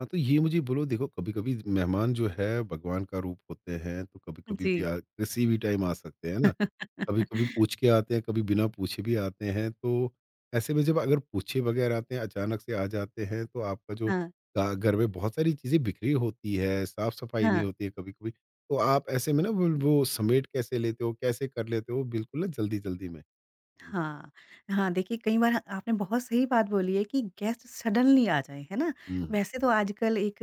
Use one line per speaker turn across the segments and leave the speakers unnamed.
हाँ, तो ये मुझे बोलो देखो कभी-कभी मेहमान जो है भगवान का रूप होते हैं, तो कभी-कभी भी
जी।
आ किसी भी टाइम आ सकते हैं ना। कभी-कभी पूछ के आते हैं, कभी बिना पूछे भी आते हैं, तो ऐसे में जब अगर पूछे बगैर आते हैं, अचानक से आ जाते हैं, तो आपका जो
हाँ,
गा घर में बहुत सारी चीज़ें बिखरी होती है, साफ-सफाई नहीं
हाँ।
होती है कभी-कभी, तो आप ऐसे में ना वो समेट कैसे लेते हो, कैसे कर लेते हो बिल्कुल ना जल्दी-जल्दी में?
हाँ, हाँ, देखिए कई बार आपने बहुत सही बात बोली है कि गेस्ट सडनली आ जाएँ, है ना?
हुँ, हुँ।
वैसे तो आजकल एक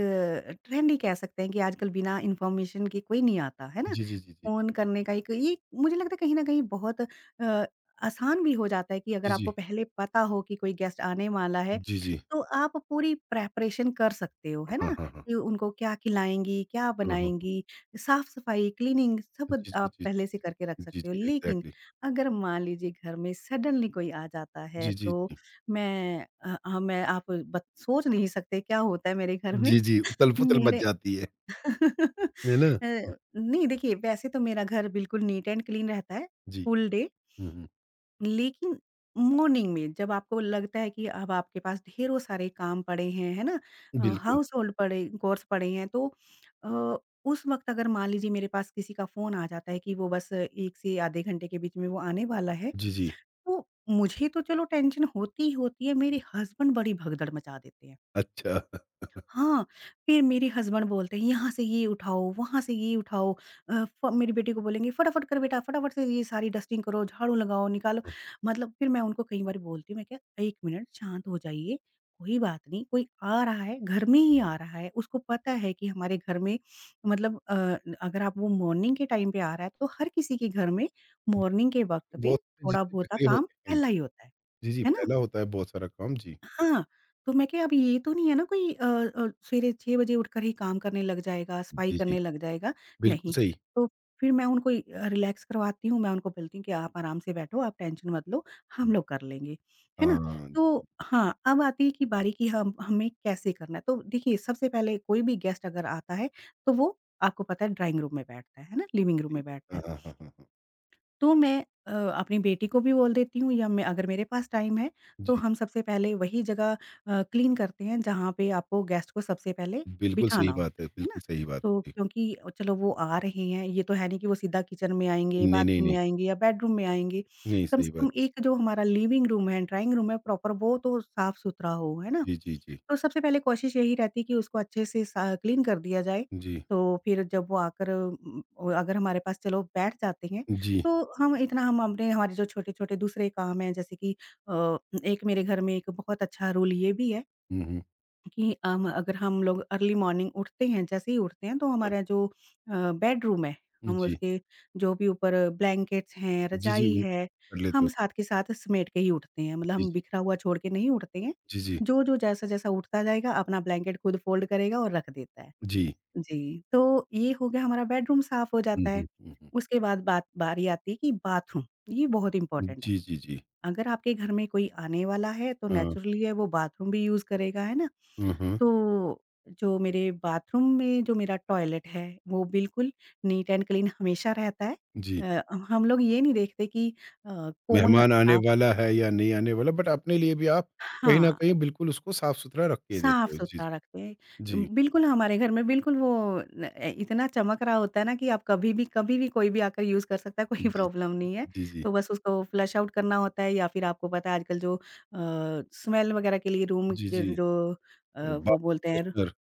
ट्रेंड ही कह सकते हैं कि आजकल बिना इन्फॉर्मेशन के कोई नहीं आता, है ना?
जी, जी, जी, जी।
फ़ोन करने का एक ये मुझे लगता है कहीं न कहीं बहुत आसान भी हो जाता है कि अगर
जी,
आपको
जी।
पहले पता हो कि कोई गेस्ट आने वाला है,
जी, जी।
तो आप पूरी प्रिपरेशन कर सकते हो, है ना?
हाँ, हाँ, हाँ।
कि उनको क्या खिलाएँगी, क्या
हाँ, हाँ।
बनाएँगी, साफ़-सफ़ाई, क्लीनिंग सब
जी, जी, जी,
आप
जी,
पहले से करके रख
जी। जी,
सकते हो।
जी,
लेकिन
एग्ज़ैक्टली।
अगर मान लीजिए घर में सडनली कोई आ जाता है
जी, जी,
तो
जी।
मैं हाँ, मैं आप बत सोच नहीं सकते क्या होता है मेरे घर में
जी, जी, उथल-पुथल मच
मेरे
जाती है ना? हुँ,
नहीं देखिए वैसे तो मेरा घर बिल्कुल नीट एंड क्लीन रहता है
जी।
फुल डे
हुँ, हुँ,
लेकिन मॉर्निंग में जब आपको लगता है कि अब आपके पास ढेरों सारे काम पड़े हैं, है ना?
बिल्कुल।
हाउस होल्ड पड़े कोर्स पड़े हैं तो अ, उस वक़्त अगर मान लीजिए मेरे पास किसी का फ़ोन आ जाता है कि वो बस 1 से आधे घंटे के बीच में वो आने वाला है।
जी, जी।
तो मुझे तो चलो टेंशन होती ही होती है, मेरे हस्बैंड बड़ी भगदड़ मचा देते हैं।
अच्छा।
हाँ, फिर मेरे हस्बैंड बोलते हैं, "यहाँ से ये उठाओ, वहाँ से ये उठाओ।" अ, फ मेरी बेटी को बोलेंगे, "फटाफट कर बेटा, फटाफट से ये सारी डस्टिंग करो, झाड़ू लगाओ, निकालो।" मतलब फिर मैं उनको कई बार बोलती हूँ, मैं क्या, "1 मिनट शांत हो जाइए, कोई बात नहीं, कोई आ रहा है, घर में ही आ रहा है, उसको पता है कि हमारे घर में मतलब अगर आप वो मॉर्निंग के टाइम पे आ रहा है, तो हर किसी के घर में मॉर्निंग के वक़्त पे
बहुत सी चीज़ें
थोड़ा-बहुत
बिखरी
काम
होती हैं।
पहला ही होता है।
जी, जी,
है ना?
फैला होता है बहुत सारा काम, जी।
हाँ, तो मैं क्या अब ये तो नहीं है ना कोई सवेरे 6 बजे उठकर ही काम करने लग जाएगा, सफाई
जी, जी,
करने लग जाएगा,
बिल्कुल
नहीं।
सही।
तो फिर मैं उनको रिलैक्स करवाती हूँ, मैं उनको बोलती हूँ कि आप आराम से बैठो, आप टेंशन मत लो, हम लोग कर लेंगे, है ना?
हाँ,
तो हाँ, अब आती है कि बारी कि हम हमें कैसे करना है। तो देखिए, सबसे पहले कोई भी गेस्ट अगर आता है, तो वो आपको पता है ड्राइंग रूम में बैठता है ना? लिविंग रूम
सही
में
बात।
बैठता
हाँ,
है।
हाँ, हाँ, हाँ। हाँ,
तो मैं अ, अपनी बेटी को भी बोल देती हूँ या मैं अगर मेरे पास टाइम है तो
जी,
हम सबसे पहले वही जगह क्लीन करते हैं जहाँ पे आपको गेस्ट को सबसे पहले
बिल्कुल
बिठाना
सही बात
होता
है,
है ना?
बिल्कुल सही बात
तो
है।
क्योंकि चलो वो आ रहे हैं, ये तो है नहीं कि वो सीधा किचन में आएँगे,
नहीं, नहीं,
बाथरूम में
नहीं।
आएँगे या बेडरूम में आएँगे।
नहीं,
कम से
सही
कम
बात।
एक जो हमारा लिविंग रूम है, ड्राइंग रूम है प्रॉपर वो तो साफ-सुथरा हो, है ना?
जी, जी, जी।
तो सबसे पहले कोशिश यही रहती है कि उसको अच्छे से सा क्लीन कर दिया जाए।
जी,
तो फिर जब वो आकर अगर हमारे पास चलो बैठ जाते हैं,
जी।
तो हम इतना हम अपने हमारे जो छोटे-छोटे दूसरे काम हैं जैसे कि अ, एक मेरे घर में एक बहुत अच्छा रूल ये भी है
हुँ, हुँ।
कि अगर हम लोग अर्ली मॉर्निंग उठते हैं, जैसे ही उठते हैं तो हमारा जो बेडरूम है,
हाँ,
हम
जी।
उसके जो भी ऊपर ब्लैंकेट्स हैं,
जी, जी,
रज़ाई
उनको
है,
कर लेते
हम
हो।
साथ के साथ समेट के ही उठते हैं। मतलब
जी,
हम
जी।
बिखरा हुआ छोड़ के नहीं उठते हैं।
जी, जी।
जो-जो, जैसा-जैसा उठता जाएगा अपना ब्लैंकेट खुद फ़ोल्ड करेगा और रख देता है।
जी।
जी, तो ये हो गया हमारा बेडरूम साफ हो
हुँ,
जाता है।
हुँ, हुँ,
उसके बाद बात बारी आती है कि बाथरूम, ये बहुत
हुँ।
इम्पोर्टेंट है।
जी, जी, जी।
अगर आपके घर में कोई आने वाला है तो
हाँ।
नेचुरली है वो बाथरूम भी यूज़ करेगा, है ना?
हुँ, हुँ।
तो जो मेरे बाथरूम में जो मेरा टॉयलेट है, वो बिल्कुल नीट एंड क्लीन हमेशा रहता है।
जी।
अ, हम लोग ये नहीं देखते कि अ, कौन
मेहमान आने
साफ
वाला है या नहीं आने वाला बट अपने लिए भी आप कहीं न
हाँ,
कहीं बिल्कुल उसको साफ-सुथरा रख के देते हो। जी,
साफ-सुथरा
जी।
रखते
जी।
हैं। बिल्कुल हमारे घर में बिल्कुल वो न अ, इतना चमक रहा होता है ना कि आप कभी भी कभी भी कोई भी आकर यूज़ कर सकता है, कोई प्रॉब्लम नहीं है।
जी, जी।
तो बस उसको फ्लश आउट करना होता है या फिर आपको पता है आजकल जो स्मेल वगैरह के लिए रूम
जी,
के
जी।
जो वो
बाथरूम
बोलते हैं
फ्रेशनर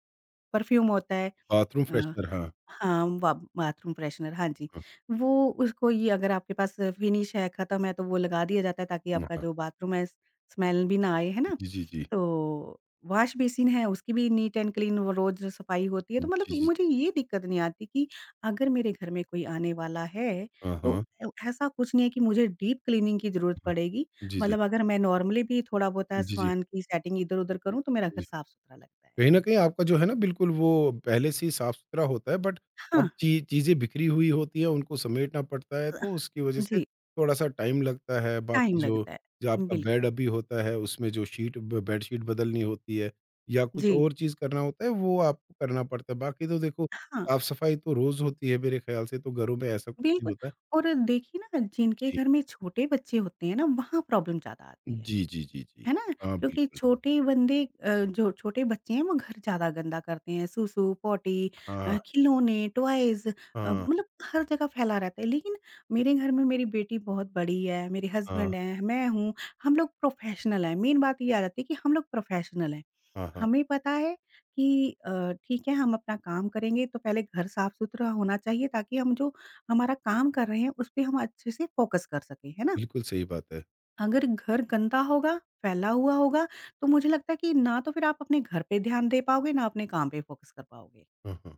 परफ्यूम होता है।
बाथरूम
अ
फ्रेशनर हाँ, हाँ,
हाँ, बा बाथरूम फ्रेशनर, हाँ जी।
हाँ।
वो उसको ये अगर आपके पास फिनिश है, खत्म है तो वो लगा दिया जाता है ताकि
हाँ,
आपका
हाँ।
जो बाथरूम है स्मेल भी ना आए, है ना?
जी, जी, जी।
तो वॉश बेसिन है उसकी भी नीट एंड क्लीन वो रोज़ सफाई होती है। तो मतलब
जी,
ये-
जी।
मुझे ये दिक्कत नहीं आती कि अगर मेरे घर में कोई आने वाला है
हाँ,
तो
हाँ,
ऐसा कुछ नहीं है कि मुझे डीप क्लीनिंग की ज़रूरत
हाँ।
पड़ेगी।
जी, जी।
मतलब अगर मैं नॉर्मली भी थोड़ा-बहुत
जी, जी।
सामान की सेटिंग इधर-उधर करूँ तो मेरा घर
जी।
साफ-सुथरा लगता है।
कहीं न कहीं आपका जो है ना बिल्कुल वो पहले से ही साफ-सुथरा होता है बट अब
हाँ
ची चीज़ें बिखरी हुई होती है, उनको समेटना पड़ता है तो उसकी वज़ह से
जी,
थोड़ा-सा टाइम लगता है। बाकी
टाइम
जो
लगता
जो
है।
आपका बेड
बिल्कुल।
अभी होता है उसमें जो शीट ब बेडशीट बदलनी होती है या कुछ
जी,
और चीज़ करना होता है वो आपको करना पड़ता है। बाकी तो देखो
हाँ,
साफ-सफाई तो रोज़ होती है मेरे ख़्याल से तो घरों में ऐसा कुछ नहीं
बिल्कुल
होता है।
और देखिए ना जिनके
जी।
घर में छोटे बच्चे होते हैं ना, वहाँ प्रॉब्लम ज़्यादा आती है।
जी, जी, जी, जी।
है ना?
हाँ,
क्योंकि
बिल्कुल।
छोटे बंदे जो छोटे बच्चे हैं वो घर ज़्यादा गंदा करते हैं, सुसु, पॉटी
हाँ,
खिलौने, टॉयज़
हाँ,
मतलब हर जगह फैला रहता है। लेकिन मेरे घर में मेरी बेटी बहुत बड़ी है, मेरे
हाँ,
हस्बैंड हैं, मैं हूँ, हम लोग प्रोफ़ेशनल हैं। मेन बात ये आ जाती है कि हम लोग प्रोफ़ेशनल हैं।
हाँ, हाँ।
हमें पता है कि अ, ठीक है हम अपना काम करेंगे तो पहले घर साफ़-सुथरा होना चाहिए ताकि हम जो हमारा काम कर रहे हैं उस पे हम अच्छे से फ़ोकस कर सकें, है ना?
बिल्कुल सही बात है।
अगर घर गंदा होगा, फैला हुआ होगा, तो मुझे लगता है कि ना तो फिर आप अपने घर पे ध्यान दे पाओगे, ना अपने काम पे फ़ोकस कर पाओगे।
हाँ, हाँ।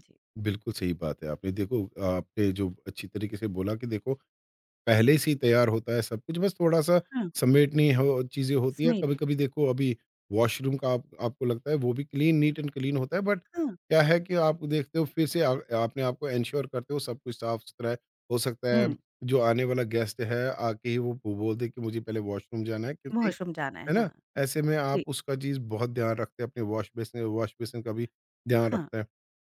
जी,
बिल्कुल सही बात है। आपने देखो आपने जो अच्छी तरीके से बोला कि देखो पहले से ही तैयार होता है सब कुछ, बस थोड़ा-सा
हाँ,
समेटनी हो चीज़ें होती है।
स्मेल
कभी-कभी देखो अभी वॉशरूम का आप आपको लगता है वो भी क्लीन नीट एंड क्लीन होता है बट
हाँ,
क्या है कि आप देखते हो फिर से आ आपने आपको एंश्योर करते हो सब कुछ साफ-सुथरा है। हो सकता है
हुँ,
जो आने वाला गेस्ट है आके ही वो बो बोल दे कि मुझे पहले वॉशरूम जाना है क्योंकि
वॉशरूम जाना है,
है ना?
हाँ,
ऐसे में आप
जी,
उसका चीज़ बहुत ध्यान रखते हैं अपने वॉश बेसिन का भी ध्यान
हाँ,
रखते हैं।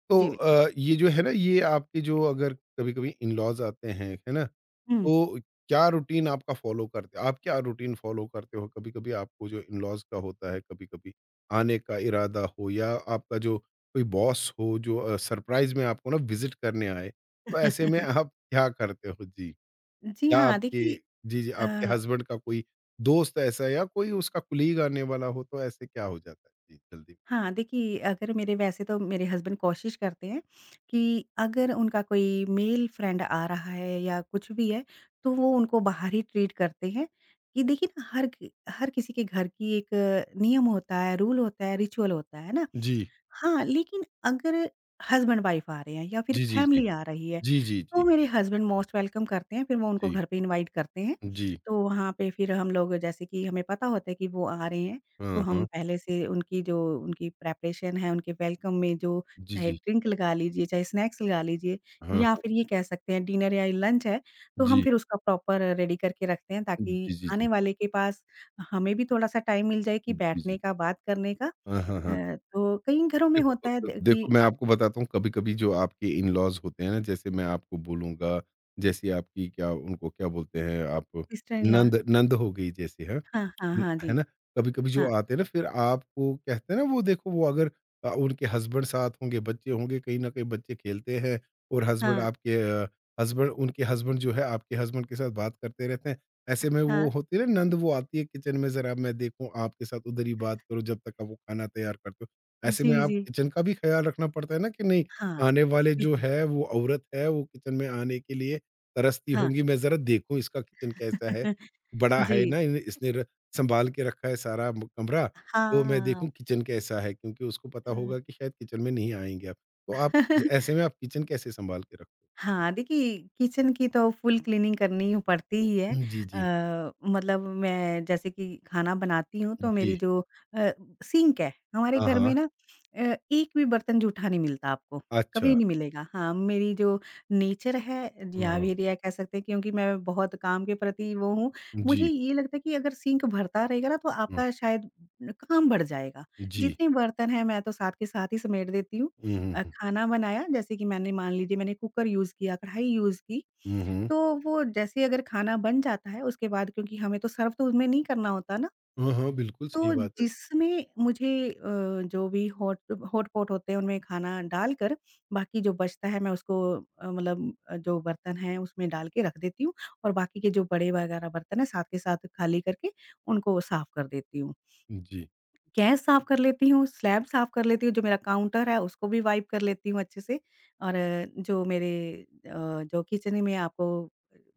तो
जी बिल्कुल,
ये जो है ना ये आपके जो अगर कभी-कभी इन-लॉज़ आते हैं, है ना?
हुँ।
तो क्या रूटीन आपका फ़ॉलो करते आप क्या रूटीन फ़ॉलो करते हो? कभी-कभी आपको जो इन-लॉज़ का होता है, कभी-कभी आने का इरादा हो या आपका जो कोई बॉस हो जो सरप्राइज़ में आपको ना विज़िट करने आए, तो ऐसे में आप क्या करते हो? जी,
जी
या
हाँ,
आपके
देखिए
जी, जी, आपके
अ
हस्बैंड का कोई दोस्त ऐसा है, या कोई उसका कलीग आने वाला हो, तो ऐसे क्या हो जाता है? जी, जल्दी।
हाँ, देखिए अगर मेरे वैसे तो मेरे हस्बैंड कोशिश करते हैं कि अगर उनका कोई मेल फ्रेंड आ रहा है या कुछ भी है, तो वो उनको बाहर ही ट्रीट करते हैं। कि देखिए ना हर किसी के घर की एक नियम होता है, रूल होता है, रिचुअल होता है ना?
जी,
हाँ, लेकिन अगर हस्बैंड वाइफ़ आ रहे हैं या फिर
जी, जी, जी।
फैमिली आ रही है,
जी, जी,
तो
जी,
मेरे हस्बैंड मोस्ट वेलकम करते हैं, फिर वो उनको
जी,
घर पे इनवाइट करते हैं।
जी।
तो वहाँ पे फिर हम लोग जैसे कि हमें पता होता है कि वो आ रहे हैं, तो
हाँ,
हम
हाँ।
पहले से उनकी जो उनकी प्रिपरेशन है, उनके वेलकम में जो
जी,
चाहे
जी।
ड्रिंक लगा लीजिए, चाहे स्नैक्स लगा लीजिए
हाँ,
या
हाँ।
फिर ये कह सकते हैं डिनर या लंच है, तो हम
जी।
फिर उसका प्रॉपर रेडी करके रखते हैं ताकि
जी, जी,
आने
जी।
वाले के पास हमें भी थोड़ा-सा टाइम मिल जाए कि
जी,
बैठने
जी।
का, बात करने का
हाँ, हाँ, हाँ।
तो कई घरों में होता
देखो
है द कि
देखो मैं आपको बताता हूँ कभी-कभी जो आपके इन-लॉज़ होते हैं ना, जैसे मैं आपको बोलूँगा, जैसे आपकी क्या उनको क्या बोलते हैं आप
सिस्टर इन लॉ
नंद नंद हो गई जैसे हाँ,
हाँ, हाँ, हाँ
है
जी।
ना? कभी-कभी जो
हाँ,
आते हैं ना फिर आपको कहते हैं ना वो देखो वो अगर उनके हस्बैंड साथ होंगे, बच्चे होंगे, कहीं न कहीं बच्चे खेलते हैं और हस्बैंड
हाँ,
आपके हस्बैंड उनके हस्बैंड जो है आपके हस्बैंड के साथ बात करते रहते हैं। ऐसे में वो
हाँ।
होती है ना नंद वो आती है किचन में ज़रा मैं देखूँ आपके साथ उधर ही बात करो जब तक आप वो खाना तैयार करते हो। ऐसे
जी,
में आप
जी।
किचन का भी ख़्याल रखना पड़ता है ना कि नहीं,
हाँ,
आने वाले जो
बिल्कुल।
है वो औरत है, वो किचन में आने के लिए तरसती
हाँ।
होंगी, मैं ज़रा देखूँ इसका किचन कैसा है? बड़ा
जी।
है ना इन इसने र सँभाल के रखा है सारा म कमरा, तो मैं
हाँ।
देखूँ किचन कैसा है? क्योंकि उसको पता होगा कि शायद किचन में नहीं आएँगे आप। तो आप
अ
ऐसे में आप किचन कैसे सँभाल के रखते
हाँ, देखिए किचन की तो फुल क्लीनिंग करनी ही पड़ती ही है।
हो? जी, जी।
अ, मतलब मैं जैसे कि खाना बनाती हूँ तो मेरी
जी।
जो अ, सिंक है, हमारे
हाँ,
घर में
हाँ।
ना एक भी बर्तन जूठा नहीं मिलता आपको,
अच्छा।
कभी नहीं मिलेगा। हाँ, मेरी जो नेचर है या
हाँ।
फिर ये कह सकते हैं क्योंकि मैं बहुत काम के प्रति वो हूँ, मुझे
जी।
ये लगता है कि अगर सिंक भरता रहेगा ना तो
हाँ।
आपका शायद काम बढ़ जाएगा।
जी।
जितने बर्तन हैं मैं तो साथ के साथ ही समेट देती हूँ।
हुँ, हुँ, हुँ।
खाना बनाया जैसे कि मैंने मान लीजिए मैंने कुकर यूज़ किया, कढ़ाई यूज़ की,
हुँ, हुँ।
तो वो जैसे अगर खाना बन जाता है उसके बाद क्योंकि हमें तो सर्व तो उसमें नहीं करना होता ना,
हाँ, हाँ, बिल्कुल सही
तो
बात है।
जिसमें मुझे जो भी हॉट-पॉट होते हैं उनमें खाना डालकर बाकी जो बचता है मैं उसको जो बर्तन हैं उसमें डाल के रख देती हूँ और बाकी के जो बड़े वगैरह बर्तन हैं साथ के साथ खाली करके उनको साफ़ कर देती हूँ।
जी।
गैस साफ कर लेती हूँ, स्लैब साफ कर लेती हूँ, जो मेरा काउंटर है उसको भी वाइप कर लेती हूँ अच्छे से और जो मेरे जो किचन में आपको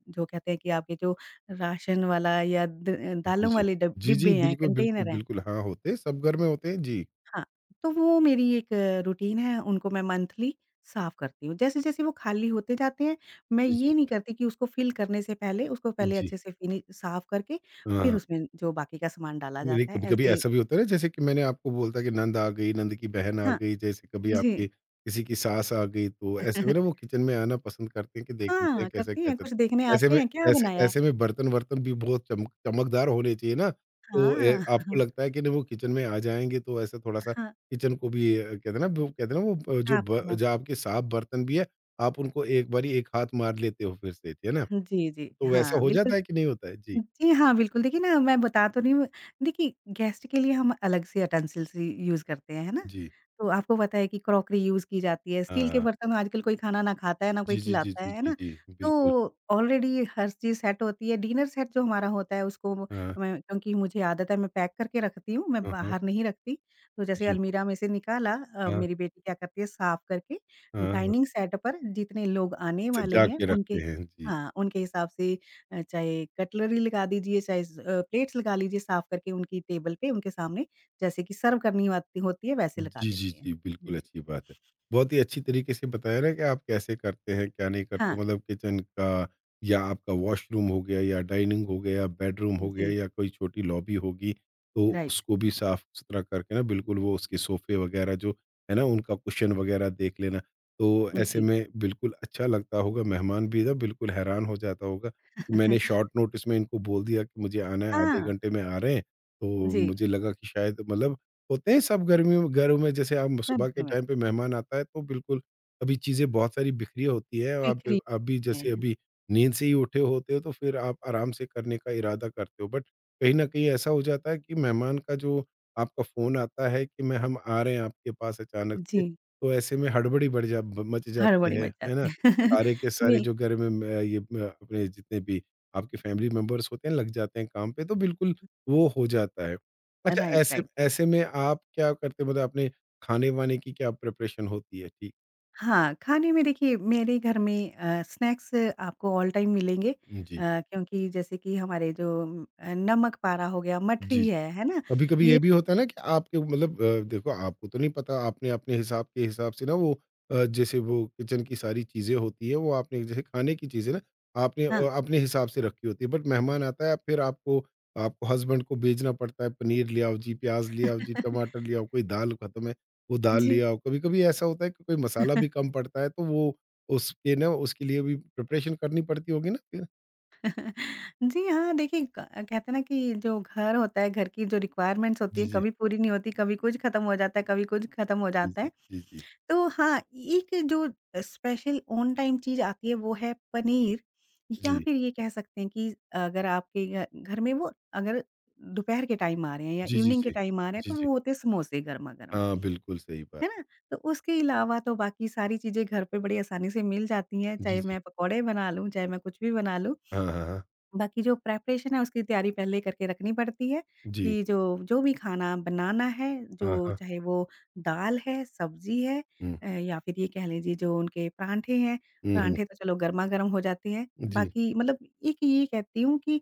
जो कहते हैं कि आपके जो राशन वाला या द
जी,
दालों
जी।
वाले डब
जी,
डिब्बे
जी,
हैं,
बिल्कुल, बिल्कुल,
कंटेनर हैं
बिल्कुल। हाँ, होते हैं, सब घर में होते हैं। जी।
हाँ, तो वो मेरी एक रूटीन है, उनको मैं मंथली साफ करती हूँ। जैसे-जैसे वो खाली होते जाते हैं, मैं
जी, जी,
ये नहीं
जी।
करती कि उसको फिल करने से पहले उसको पहले
जी,
अच्छे से फिनि साफ करके फिर
हाँ।
उसमें जो बाकी का सामान डाला
नहीं, नहीं,
जाता है,
कभी-कभी
ऐसे
ऐसा भी होता है ना जैसे कि मैंने आपको बोलता कि नंद आ गई, नंद की बहन आ
हाँ,
गई, जैसे कभी
जी।
आपके किसी की सास आ गई, तो ऐसे में ना वो किचन में आना पसंद करते हैं कि देख लेते हैं
हाँ,
कैसे
करती
क्या
हैं,
चल
कुछ देखने
ऐसे
आते
में
हैं, क्या
ऐसे
बनाया है?
ऐसे में बर्तन-वर्तन भी बहुत चमकदार होने चाहिए ना, तो
हाँ,
आपको
हाँ,
लगता है कि नहीं वो किचन में आ जाएँगे तो ऐसे थोड़ा-सा
हाँ,
किचन को भी कहते हैं ना वो कहते हैं ना वो जो
आप
ब
करना
जो
पड़ता
आपके साफ बर्तन भी है, आप उनको एक बारी एक हाथ मार लेते हो फिर से, है ना?
है। जी, जी,
तो वैसा
हाँ,
हो
बिल्कुल
जाता है कि नहीं होता है? जी।
जी हाँ, बिल्कुल। देखिए ना मैं बता तो रही हूँ देखिए गेस्ट के लिए हम अलग से युटेंसिल्स यूज़ करते हैं, है ना?
जी।
तो आपको पता है कि क्रॉकरी यूज़ की जाती है, स्टील के
हाँ।
बर्तन में आजकल कोई खाना ना खाता है, ना कोई
जी, जी, जी,
खिलाता
जी,
है
जी,
ना?
जी, बिल्कुल।
तो ऑलरेडी हर चीज़ सेट होती है, डिनर सेट जो हमारा होता है उसको
हाँ,
मैं क्योंकि मुझे आदत है मैं पैक करके रखती हूँ, मैं
हाँ, हाँ,
बाहर नहीं रखती। तो जैसे
जी,
अलमीरा में से निकाला,
हाँ,
मेरी बेटी क्या करती है साफ करके
हाँ, हाँ,
डाइनिंग सेट पर जितने लोग आने वाले
सजा
हैं
के
उनके,
रखते हैं। जी।
हाँ, उनके हिसाब से चाहे कटलरी लगा दीजिए, चाहे प्लेट्स लगा लीजिए साफ करके उनकी टेबल पे, उनके सामने जैसे कि सर्व करनी आती होती है वैसे लगा
जी, जी,
देते हैं।
जी, बिल्कुल
जी।
अच्छी बात है। बहुत ही अच्छी तरीके से बताया ना कि आप कैसे करते हैं, क्या नहीं करते
हाँ,
हो मतलब किचन का या आपका वॉशरूम हो गया या डाइनिंग हो गया, या बेडरूम हो गया
जी,
या कोई छोटी लॉबी होगी, तो
राइट,
उसको भी साफ़-सुथरा करके ना बिल्कुल वो उसके सोफ़े वग़ैरह जो है ना, उनका कुशन वग़ैरह देख लेना। तो ऐसे
जी।
में बिल्कुल अच्छा लगता होगा, मेहमान भी ना बिल्कुल हैरान हो जाता होगा। कि मैंने शॉर्ट नोटिस में इनको बोल दिया कि मुझे आना है, आधे
हाँ,
घंटे में आ रहे हैं, तो
जी,
मुझे लगा कि शायद मतलब होते हैं सब गर्मियों में घरों में जैसे आप
सब
सुबह
घर
के
में
टाइम पे मेहमान आता है तो बिल्कुल अभी चीज़ें बहुत सारी बिखरी होती है आप
बिखरी
भी
हुई
जैसे
हैं।
अभी नींद से ही उठे होते हो तो फिर आप आराम से करने का इरादा करते हो बट कहीं ना कहीं ऐसा हो जाता है कि मेहमान का जो आपका फ़ोन आता है कि मैं हम आ रहे हैं आपके पास अचानक से
जी,
तो ऐसे में हड़बड़ी बढ़ जा मच जाती
हड़बड़ी मच
है ना
जाती है।
सारे के सारे
बिल
जो घर में ये अपने जितने भी आपके फैमिली मेंबर्स होते हैं लग जाते हैं काम पे तो बिल्कुल वो हो जाता है अच्छा
राइट,
ऐसे
राइट, राइट।
ऐसे में आप क्या करते हैं मतलब अपने खाने-वाने की क्या प्रिपरेशन होती है? ठीक।
हाँ, खाने में देखिए मेरे घर में स्नैक्स आपको ऑल टाइम मिलेंगे।
जी।
क्योंकि जैसे कि हमारे जो नमक पारा हो गया,
जी,
मठरी
जी।
है ना?
कभी-कभी
ये
ये भी होता है ना कि आपके मतलब देखो आपको तो नहीं पता आपने अपने हिसाब से ना वो जैसे वो किचन की सारी चीज़ें होती है वो आपने जैसे खाने की चीज़ें ना आपने
हाँ।
अपने हिसाब से रखी होती है बट मेहमान आता है फिर आपको आपको हस्बैंड को भेजना पड़ता है पनीर ले आओ जी, प्याज़ ले आओ जी, टमाटर ले आओ, कोई दाल ख़त्म है वो दाल ले
जी,
आओ। कभी-कभी ऐसा होता है कि कोई मसाला भी कम पड़ता है तो वो उसके ना उसके लिए भी प्रिपरेशन करनी पड़ती होगी ना फिर?
जी हाँ, देखिए क कहते हैं ना कि जो घर होता है, घर की जो रिक्वायरमेंट्स होती
जी,
हैं,
जी।
कभी पूरी नहीं होती, कभी कुछ खत्म हो जाता है, कभी कुछ खत्म हो
जी,
जाता है।
जी, जी, जी।
तो हाँ, एक जो स्पेशल ऑन टाइम चीज़ आती है, वो है पनीर। या
जी।
फिर ये कह सकते हैं कि अगर आपके घ घर में वो, अगर दोपहर के टाइम आ रहे हैं या
जी, जी,
इवनिंग के
जी।
टाइम आ रहे हैं,
जी,
तो
जी।
वो होते हैं समोसे गरमा-गरम,
हाँ, बिल्कुल सही बात।
है ना? तो उसके अलावा तो बाकी सारी चीज़ें घर पे बड़ी आसानी से मिल जाती हैं,
जी,
चाहे
जी।
मैं पकौड़े बना लूँ, चाहे मैं कुछ भी बना लूँ।
हाँ, हाँ, हाँ।
बाकी जो प्रेपरेशन है उसकी तैयारी पहले करके रखनी पड़ती है
जी।
कि जो जो भी खाना बनाना है,
हाँ,
जो
हाँ।
चाहे वो दाल है, सब्ज़ी है,
हुँ।
या फिर ये कह लीजिए जो उनके पराँठे हैं,
हुँ, हुँ।
पराँठे तो चलो गरमा-गरम हो जाते हैं।
जी।
बाकी मतलब एक ये कहती हूँ कि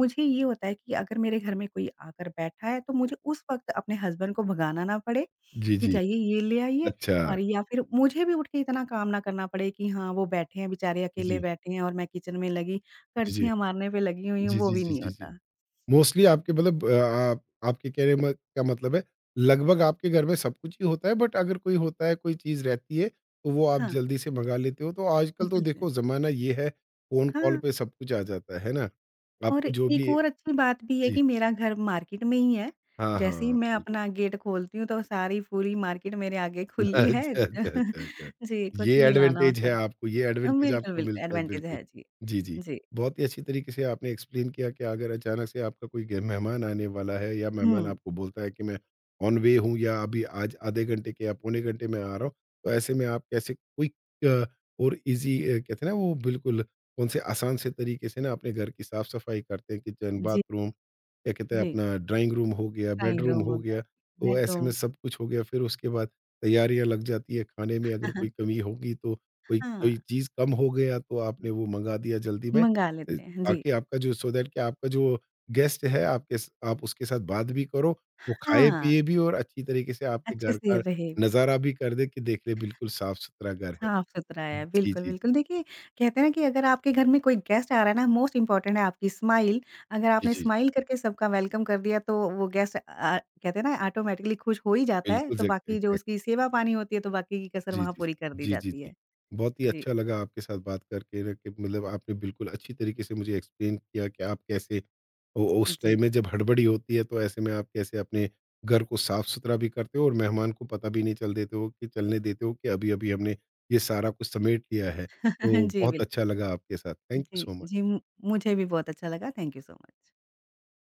मुझे ये होता है कि अगर मेरे घर में कोई आकर बैठा है तो मुझे उस वक़्त अपने हस्बैंड को भगाना ना पड़े
जी,
कि
जी।
जाइए ये ले आइए,
अच्छा।
और या फिर मुझे भी उठ के इतना काम ना करना पड़े कि हाँ, वो बैठे हैं बेचारे अकेले
जी।
बैठे हैं और मैं किचन में लगी
जी, जी।
करछियाँ मारने पे लगी हुई हूँ,
जी,
वो
जी,
भी
जी,
नहीं
जी, जी।
होता।
मोस्टली आपके मतलब आप आपके कहने म का मतलब है लगभग आपके घर में सब कुछ ही होता है बट अगर कोई होता है, कोई चीज़ रहती है, तो वो आप
हाँ,
जल्दी से मँगा लेते हो। तो आजकल तो
जल्दी से।
देखो ज़माना ये है, फ़ोन कॉल
हाँ,
पे सब कुछ आ जाता है ना?
और
आपको जो
एक
भी
और अच्छी बात भी है
जी।
कि मेरा घर मार्केट में ही है।
हाँ,
जैसे ही
हाँ।
मैं
बिल्कुल।
अपना गेट खोलती हूँ, तो सारी पूरी मार्केट मेरे आगे खुली है।
अच्छा, अच्छा, अच्छा, अच्छा।
जी,
ये
कुछ भी लाना
एडवांटेज
होता
है
है।
आपको, ये एडवांटेज
बिल्कुल,
आपको
बिल्कुल
मिलता है
एडवांटेज
बिल्कुल।
है जी।
जी, जी।
जी,
बहुत ही अच्छी तरीके से आपने एक्सप्लेन किया कि अगर अचानक से आपका कोई गे मेहमान आने वाला है या मेहमान
हुँ,
आपको बोलता है कि मैं ऑन वे हूँ या अभी आज आधे घंटे के या पौने घंटे में आ रहा हूँ, तो ऐसे में आप कैसे क्विक अ, और ईज़ी कहते हैं ना वो बिल्कुल कौन से आसान से तरीके से ना अपने घर की साफ-सफाई करते हैं किचन,
जी,
बाथरूम क्या कहते हैं
जी।
अपना ड्राइंग रूम हो गया,
ड्राइंग
बेडरूम
रूम हो
हो
गया,
गया, तो ऐसे में
बेडरूम।
सब कुछ हो गया, फिर उसके बाद तैयारियाँ लग जाती है, खाने में अगर कोई कमी होगी तो कोई कोई
हाँ।
चीज़ कम हो गया तो आपने वो मँगा दिया जल्दी में
मंगा लेते हैं जी।
ताकि आपका जो सो दैट कि आपका जो गेस्ट है आपके स आप उसके साथ बात भी करो, वो
हाँ,
खाए-पिए भी और अच्छी तरीके से आपके
अच्छे
घर
से
का
रहे भी।
नज़ारा भी कर दे कि देख ले बिल्कुल साफ-सुथरा घर है।
साफ-सुथरा है,
जी,
बिल्कुल,
जी, जी।
बिल्कुल। देखिए, कहते हैं ना कि अगर आपके घर में कोई गेस्ट आ रहा है ना, मोस्ट इम्पोर्टेंट है आपकी स्माइल। अगर
जी,
आपने
जी।
स्माइल करके सबका वेलकम कर दिया, तो वो गेस्ट कहते हैं ना ऑटोमैटिकली खुश हो ही जाता है,
बिल्कुल,
तो
ज़
बाकी जो उसकी
एग्ज़ैक्टली।
सेवा-पानी होती है, तो बाकी की कसर
जी,
वहाँ
जी।
पूरी कर दी
जी, जी,
जाती
जी।
है।
बहुत ही
जी,
अच्छा लगा आपके साथ बात करके ना कि मतलब आपने बिल्कुल अच्छी तरीके से मुझे एक्सप्लेन किया कि आप कैसे उ उस
जी।
टाइम में जब हड़बड़ी होती है तो ऐसे में आप कैसे अपने घर को साफ-सुथरा भी करते हो और मेहमान को पता भी नहीं चल देते हो कि चलने देते हो कि अभी-अभी हमने ये सारा कुछ समेट लिया है। तो
जी,
बहुत
बिल्कुल।
अच्छा लगा आपके साथ। थैंक यू
जी,
सो
जी,
मच।
मु मुझे भी बहुत अच्छा लगा। Thank you so much.